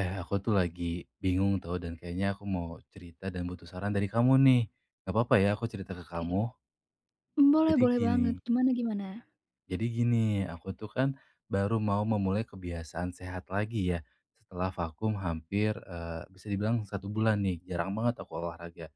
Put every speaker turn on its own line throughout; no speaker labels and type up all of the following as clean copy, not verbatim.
Eh, aku tuh lagi bingung tau dan kayaknya aku mau cerita dan butuh saran dari kamu nih. Nggak apa-apa ya aku cerita ke
Oke,
kamu?
mmm, boleh
Jadi
boleh banget.
gini
Gimana gimana?
jadi gini, aku tuh kan baru mau memulai kebiasaan sehat lagi ya. Setelah vakum hampir bisa dibilang satu bulan nih, jarang banget aku olahraga.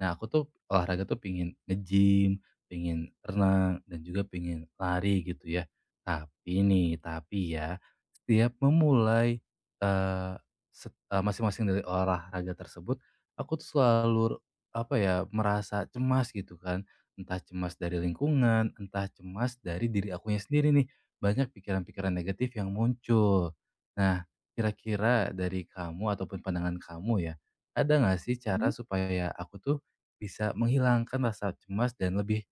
Nah aku tuh olahraga tuh pingin nge-gym, pingin renang, dan juga pingin lari gitu ya. Tapi nih, tapi ya setiap memulai eh, masing-masing dari olahraga tersebut, aku tuh selalu apa ya merasa cemas gitu kan. Entah cemas dari lingkungan, entah cemas dari diri akunya sendiri nih. Banyak pikiran-pikiran negatif yang muncul. Nah, kira-kira dari kamu ataupun pandangan kamu ya, ada nggak sih
Mhm.
cara supaya aku tuh bisa menghilangkan rasa cemas dan lebih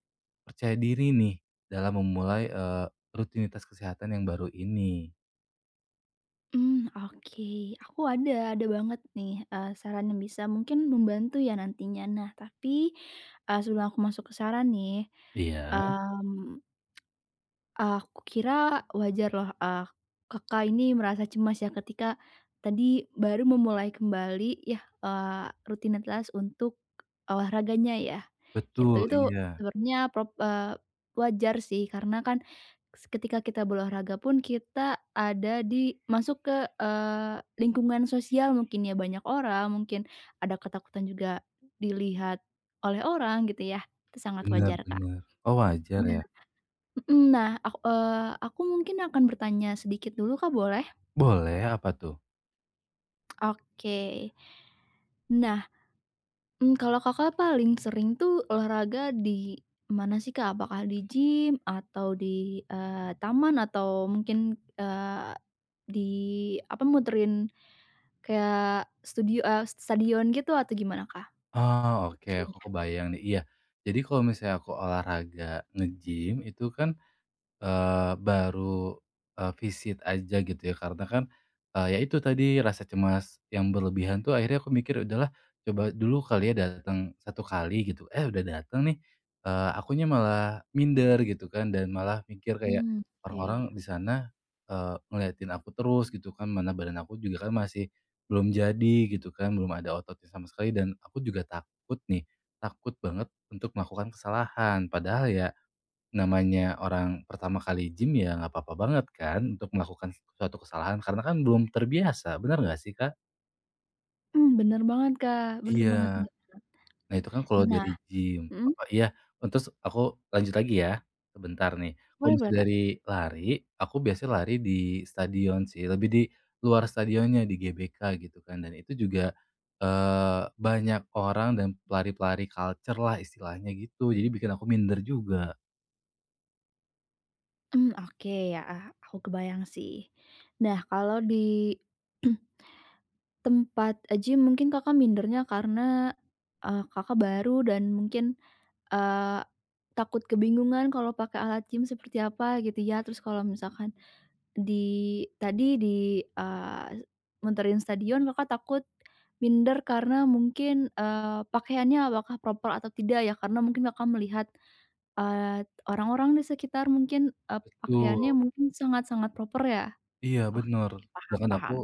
percaya diri nih dalam memulai rutinitas kesehatan yang baru ini?
Mmm, oke. Aku ada banget nih, saran yang bisa mungkin membantu ya nantinya. Nah, tapi, sebelum aku masuk ke saran nih. Iya.
Iya.
mmm, Aku kira wajar loh, Kakak ini merasa cemas ya ketika tadi baru memulai kembali ya, rutinitas untuk olahraganya ya, gitu.
Betul,
Itu
iya.
sebenarnya wajar sih karena kan ketika kita berolahraga pun kita ada di masuk ke, lingkungan sosial mungkin ya, banyak orang, mungkin ada ketakutan juga dilihat oleh orang gitu ya, itu sangat
Benar
wajar, Kak.
benar. Oh, wajar ya?
Mhm, nah, aku mungkin akan bertanya sedikit dulu Kak, boleh?
Boleh, apa tuh?
Oke. Nah, kalau Kakak paling sering tuh olahraga di mana sih Kak? Apakah di gym atau di, taman atau mungkin, eee, di apa, muterin kayak stadion gitu atau gimana Kak,
Oh, oke, aku
seringnya?
kebayang nih, iya. Jadi kalau misalnya aku olahraga nge-gym itu kan, baru, visit aja gitu ya karena kan, ya itu tadi rasa cemas yang berlebihan tuh akhirnya aku mikir udahlah coba dulu kali ya datang satu kali gitu, eh, udah datang nih, akunya malah minder gitu kan dan malah mikir kayak
Mmm,
orang-orang
oke.
di sana, ngeliatin aku terus gitu kan mana badan aku juga kan masih belum jadi gitu kan belum ada ototnya sama sekali dan aku juga takut nih, takut banget untuk melakukan kesalahan padahal ya. Namanya orang pertama kali gym ya nggak apa-apa banget kan untuk melakukan suatu kesalahan karena kan belum terbiasa, benar nggak sih, Kak?
Mmm, bener banget Kak, bener
Iya.
banget bener.
Nah itu kan kalau
Nah,
dari gym,
mhm,
apa iya, oh, terus aku lanjut lagi ya, sebentar nih. Kalau
boleh boleh
misalnya
Kak.
dari lari, aku biasanya lari di stadion sih, lebih di luar stadionnya, di GBK gitu kan dan itu juga, banyak orang dan pelari-pelari culture lah istilahnya gitu, jadi bikin aku minder juga.
Mmm, oke ya, ah, aku kebayang sih. Nah, kalau di tempat, gym mungkin Kakak mindernya karena, Kakak baru dan mungkin, eee, takut kebingungan kalau pakai alat gym seperti apa gitu ya. Terus kalau misalkan di tadi di, muterin stadion Kakak takut minder karena mungkin, pakaiannya apakah proper atau tidak ya, karena mungkin Kakak melihat, orang-orang di sekitar mungkin, pakaiannya
Betul.
mungkin sangat-sangat proper ya?
Iya bener,
Oke, paham
sedangkan aku
paham.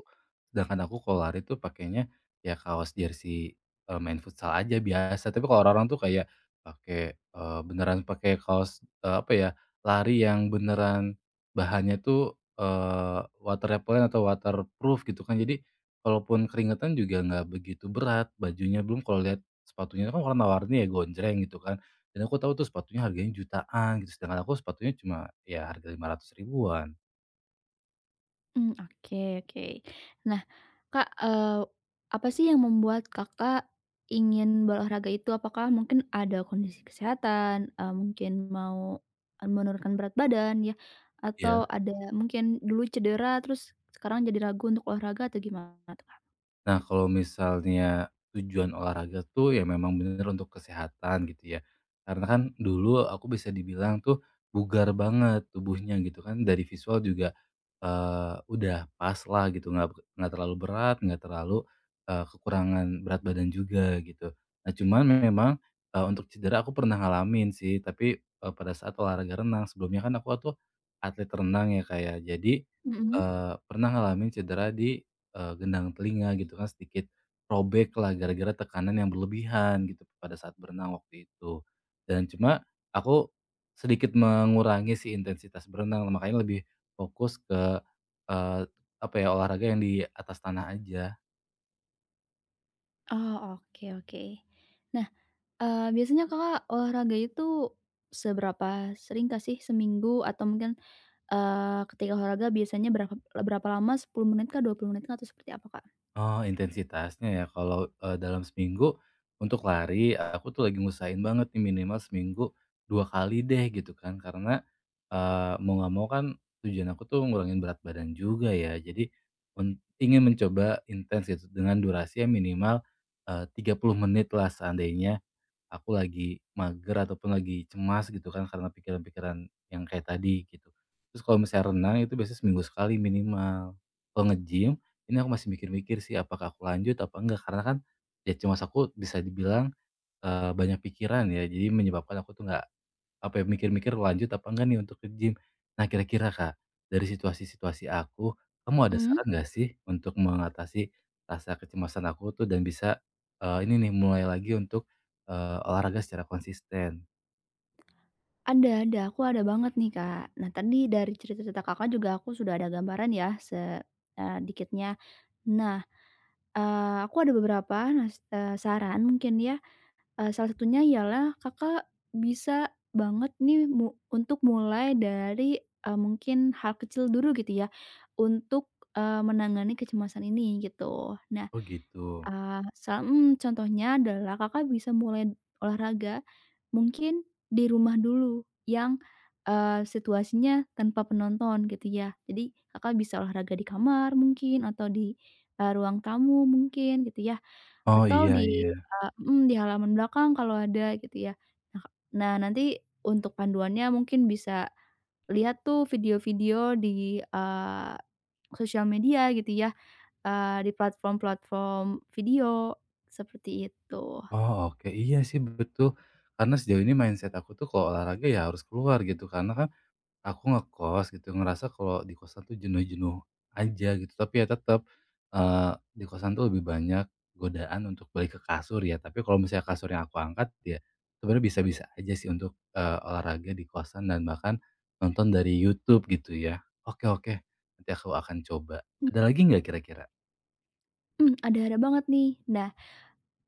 sedangkan aku kalau lari tuh pakainya ya kaos jersey, main futsal aja biasa, tapi kalau orang-orang tuh kayak pakai, beneran pakai kaos, apa ya, lari yang beneran bahannya tuh, water repellent atau waterproof gitu kan. Jadi kalaupun keringetan juga nggak begitu berat bajunya, belum kalau lihat sepatunya kan warna-warni ya gonjreng gitu kan, dan aku tahu tuh sepatunya harganya jutaan gitu, sedangkan aku sepatunya cuma ya harga 500 ribuan.
Mmm, oke oke. Nah, Kak, apa sih yang membuat Kakak ingin berolahraga itu? Apakah mungkin ada kondisi kesehatan, mungkin mau menurunkan berat badan ya,
Iya.
atau ada mungkin dulu cedera terus sekarang jadi ragu untuk olahraga atau gimana tuh, Kak?
Nah, kalau misalnya tujuan olahraga tuh ya memang bener untuk kesehatan gitu ya. Karena kan dulu aku bisa dibilang tuh bugar banget tubuhnya gitu kan, dari visual juga, udah pas lah gitu, nggak terlalu berat, nggak terlalu, kekurangan berat badan juga gitu. Nah, cuman memang, untuk cedera aku pernah ngalamin sih, tapi, pada saat olahraga renang. Sebelumnya kan aku tuh atlet renang ya, kayak. Jadi,
Mhm.
pernah ngalamin cedera di gendang telinga gitu kan, sedikit robek lah gara-gara tekanan yang berlebihan gitu pada saat berenang waktu itu. Dan cuma aku sedikit mengurangi si intensitas berenang, makanya lebih fokus ke, eee, apa ya, olahraga yang di atas tanah aja.
Oh, oke oke. Nah, biasanya Kakak olahraga itu seberapa sering kah sih? Seminggu atau mungkin. Ketika olahraga biasanya berapa berapa lama 10 menit kah, 20 menit kah, atau seperti apa, Kak?
Oh, intensitasnya ya, kalau, dalam seminggu untuk lari, aku tuh lagi ngusahain banget nih minimal seminggu 2 kali deh gitu kan. Karena, mau nggak mau kan tujuan aku tuh ngurangin berat badan juga ya. Jadi ingin mencoba intens gitu dengan durasi yang minimal, eh, 30 menit lah seandainya aku lagi mager ataupun lagi cemas gitu kan karena pikiran-pikiran yang kayak tadi gitu. Terus kalau misalnya renang itu biasanya seminggu sekali minimal. Kalau nge-gym ini aku masih mikir-mikir sih apakah aku lanjut apa enggak karena kan ya cemas aku bisa dibilang, banyak pikiran ya jadi menyebabkan aku tuh nggak apa ya, mikir-mikir lanjut apa enggak nih untuk ke gym. Nah kira-kira Kak, dari situasi-situasi aku, kamu ada
Mhm.
saran nggak sih untuk mengatasi rasa kecemasan aku tuh dan bisa, ini nih mulai lagi untuk, olahraga secara konsisten?
Ada, aku ada banget nih, Kak. Nah, tadi dari cerita-cerita Kakak juga aku sudah ada gambaran ya dikitnya. Nah, aku ada beberapa saran mungkin ya, salah satunya ialah Kakak bisa banget nih untuk mulai dari, mungkin hal kecil dulu gitu ya, untuk, menangani kecemasan ini gitu. Nah,
Oh gitu.
ah, contohnya adalah Kakak bisa mulai olahraga mungkin di rumah dulu yang, situasinya tanpa penonton gitu ya. Jadi Kakak bisa olahraga di kamar mungkin atau di, ruang tamu mungkin gitu ya,
Oh
atau
iya
di,
iya.
di halaman belakang kalau ada gitu ya. Nah ka- nah, nanti untuk panduannya mungkin bisa lihat tuh video-video di, sosial media gitu ya. Di platform-platform video, seperti itu.
Oh oke, iya sih betul. Karena sejauh ini mindset aku tuh kalau olahraga ya harus keluar gitu, karena kan aku ngekos gitu, ngerasa kalau di kosan tuh jenuh-jenuh aja gitu, tapi ya tetap di kosan tuh lebih banyak godaan untuk balik ke kasur ya, tapi kalau misalnya kasur yang aku angkat ya sebenarnya bisa-bisa aja sih untuk, olahraga di kosan dan bahkan nonton dari YouTube gitu ya. Oke oke, nanti aku akan coba.
Mmm.
Ada lagi nggak kira-kira?
Mhm, ada-ada banget nih. Nah,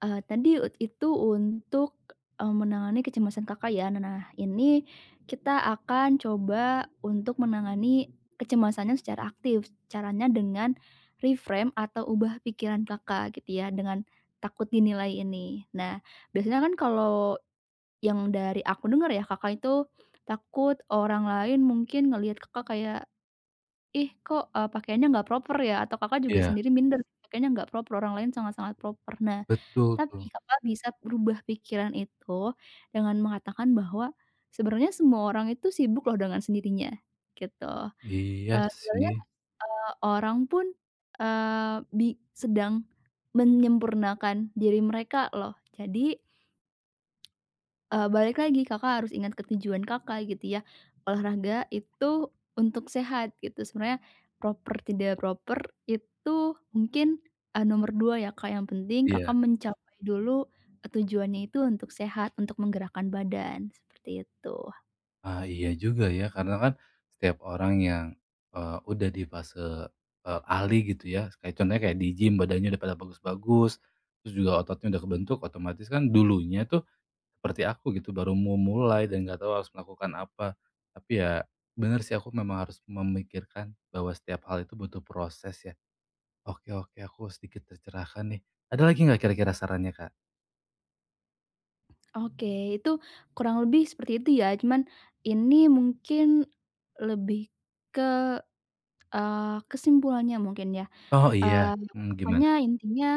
tadi itu untuk, menangani kecemasan Kakak ya. Nah, ini kita akan coba untuk menangani kecemasannya secara aktif. Caranya dengan reframe atau ubah pikiran Kakak gitu ya, dengan takut dinilai ini. Nah, biasanya kan kalau yang dari aku dengar ya, Kakak itu takut orang lain mungkin ngelihat Kakak kayak "Ih kok, pakaiannya nggak proper ya?" Atau Kakak juga
Iya,
sendiri minder, pakaiannya nggak proper, orang lain sangat-sangat proper. Nah,
betul
tapi
tuh.
Kakak bisa berubah pikiran itu dengan mengatakan bahwa sebenarnya semua orang itu sibuk loh dengan sendirinya, gitu.
Iya sih,
Sebenarnya, orang pun, eee, bi sedang menyempurnakan diri mereka loh. Jadi, balik lagi Kakak harus ingat ketujuan Kakak gitu ya. Olahraga itu untuk sehat gitu, sebenarnya proper tidak proper itu mungkin, nomor 2 ya Kak, yang penting
iya.
Kakak mencapai dulu, tujuannya itu untuk sehat, untuk menggerakkan badan, seperti itu.
Ah, iya juga ya, karena kan setiap orang yang, udah di fase, alih gitu ya, kayak contohnya kayak di gym badannya udah pada bagus-bagus, terus juga ototnya udah kebentuk, otomatis kan dulunya tuh seperti aku gitu, baru mau mulai dan nggak tahu harus melakukan apa. Tapi ya bener sih aku memang harus memikirkan bahwa setiap hal itu butuh proses ya. Oke oke, aku sedikit tercerahkan nih. Ada lagi nggak kira-kira sarannya, Kak?
Oke, itu kurang lebih seperti itu ya, cuman ini mungkin lebih ke, kesimpulannya mungkin ya.
Oh iya,
eee,
mmm, gimana?
Pokoknya intinya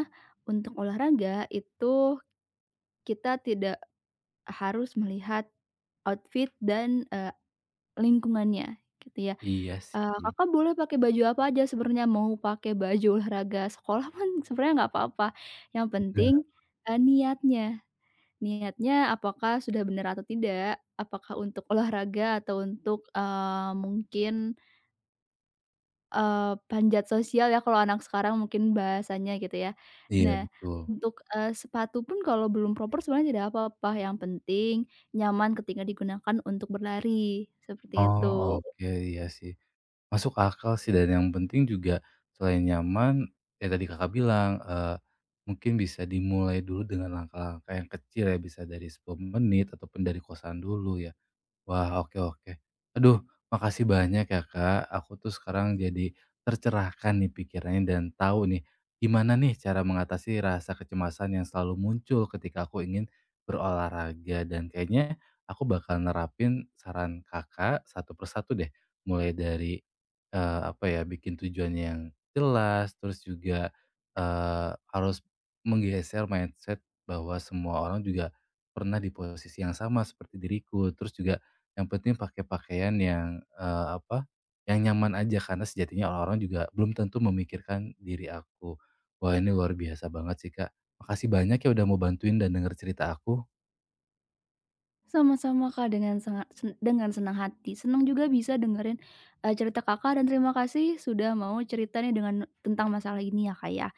untuk olahraga itu kita tidak harus melihat outfit dan, lingkungannya gitu ya.
Iya sih,
Kakak boleh pakai baju apa aja sebenarnya, mau pakai baju olahraga sekolah pun sebenarnya nggak apa-apa. Yang penting,
bener,
niatnya. Niatnya apakah sudah benar atau tidak, apakah untuk olahraga atau untuk, mungkin panjat sosial ya kalau anak sekarang mungkin bahasanya gitu ya.
iya
Nah,
betul.
untuk, sepatu pun kalau belum proper sebenarnya tidak apa-apa, yang penting nyaman ketika digunakan untuk berlari, seperti
Oh,
itu.
oke, iya sih. Masuk akal sih dan yang penting juga selain nyaman, ya tadi Kakak bilang, mungkin bisa dimulai dulu dengan langkah-langkah yang kecil ya, bisa dari 10 menit ataupun dari kosan dulu ya. Wah, oke oke. Aduh, makasih banyak ya Kak. Aku tuh sekarang jadi tercerahkan nih pikirannya dan tahu nih gimana nih cara mengatasi rasa kecemasan yang selalu muncul ketika aku ingin berolahraga dan kayaknya aku bakal nerapin saran Kakak satu persatu deh. Mulai dari apa ya, bikin tujuannya yang jelas, terus juga harus menggeser mindset bahwa semua orang juga pernah di posisi yang sama seperti diriku. Terus juga yang penting pakai pakaian yang, apa, yang nyaman aja karena sejatinya orang-orang juga belum tentu memikirkan diri aku. Wah, ini luar biasa banget sih, Kak. Makasih banyak ya udah mau bantuin dan denger cerita aku.
Sama-sama Kak, dengan sangat sen dengan senang hati. Senang juga bisa dengerin, cerita Kakak dan terima kasih sudah mau cerita tentang masalah ini ya, Kak, ya.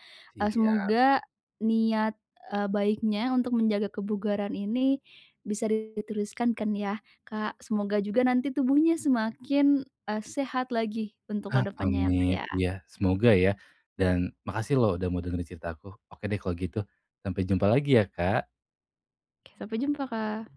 Iya.
Semoga niat, baiknya untuk menjaga kebugaran ini bisa diteruskan kan ya, Kak. Semoga juga nanti tubuhnya semakin, sehat lagi untuk kedepannya ya, Kak,
Amit.
ya.
Iya, semoga ya. Dan makasih loh udah mau dengerin cerita aku. Oke deh kalau gitu, sampai jumpa lagi ya, Kak.
Oke, sampai jumpa, Kak.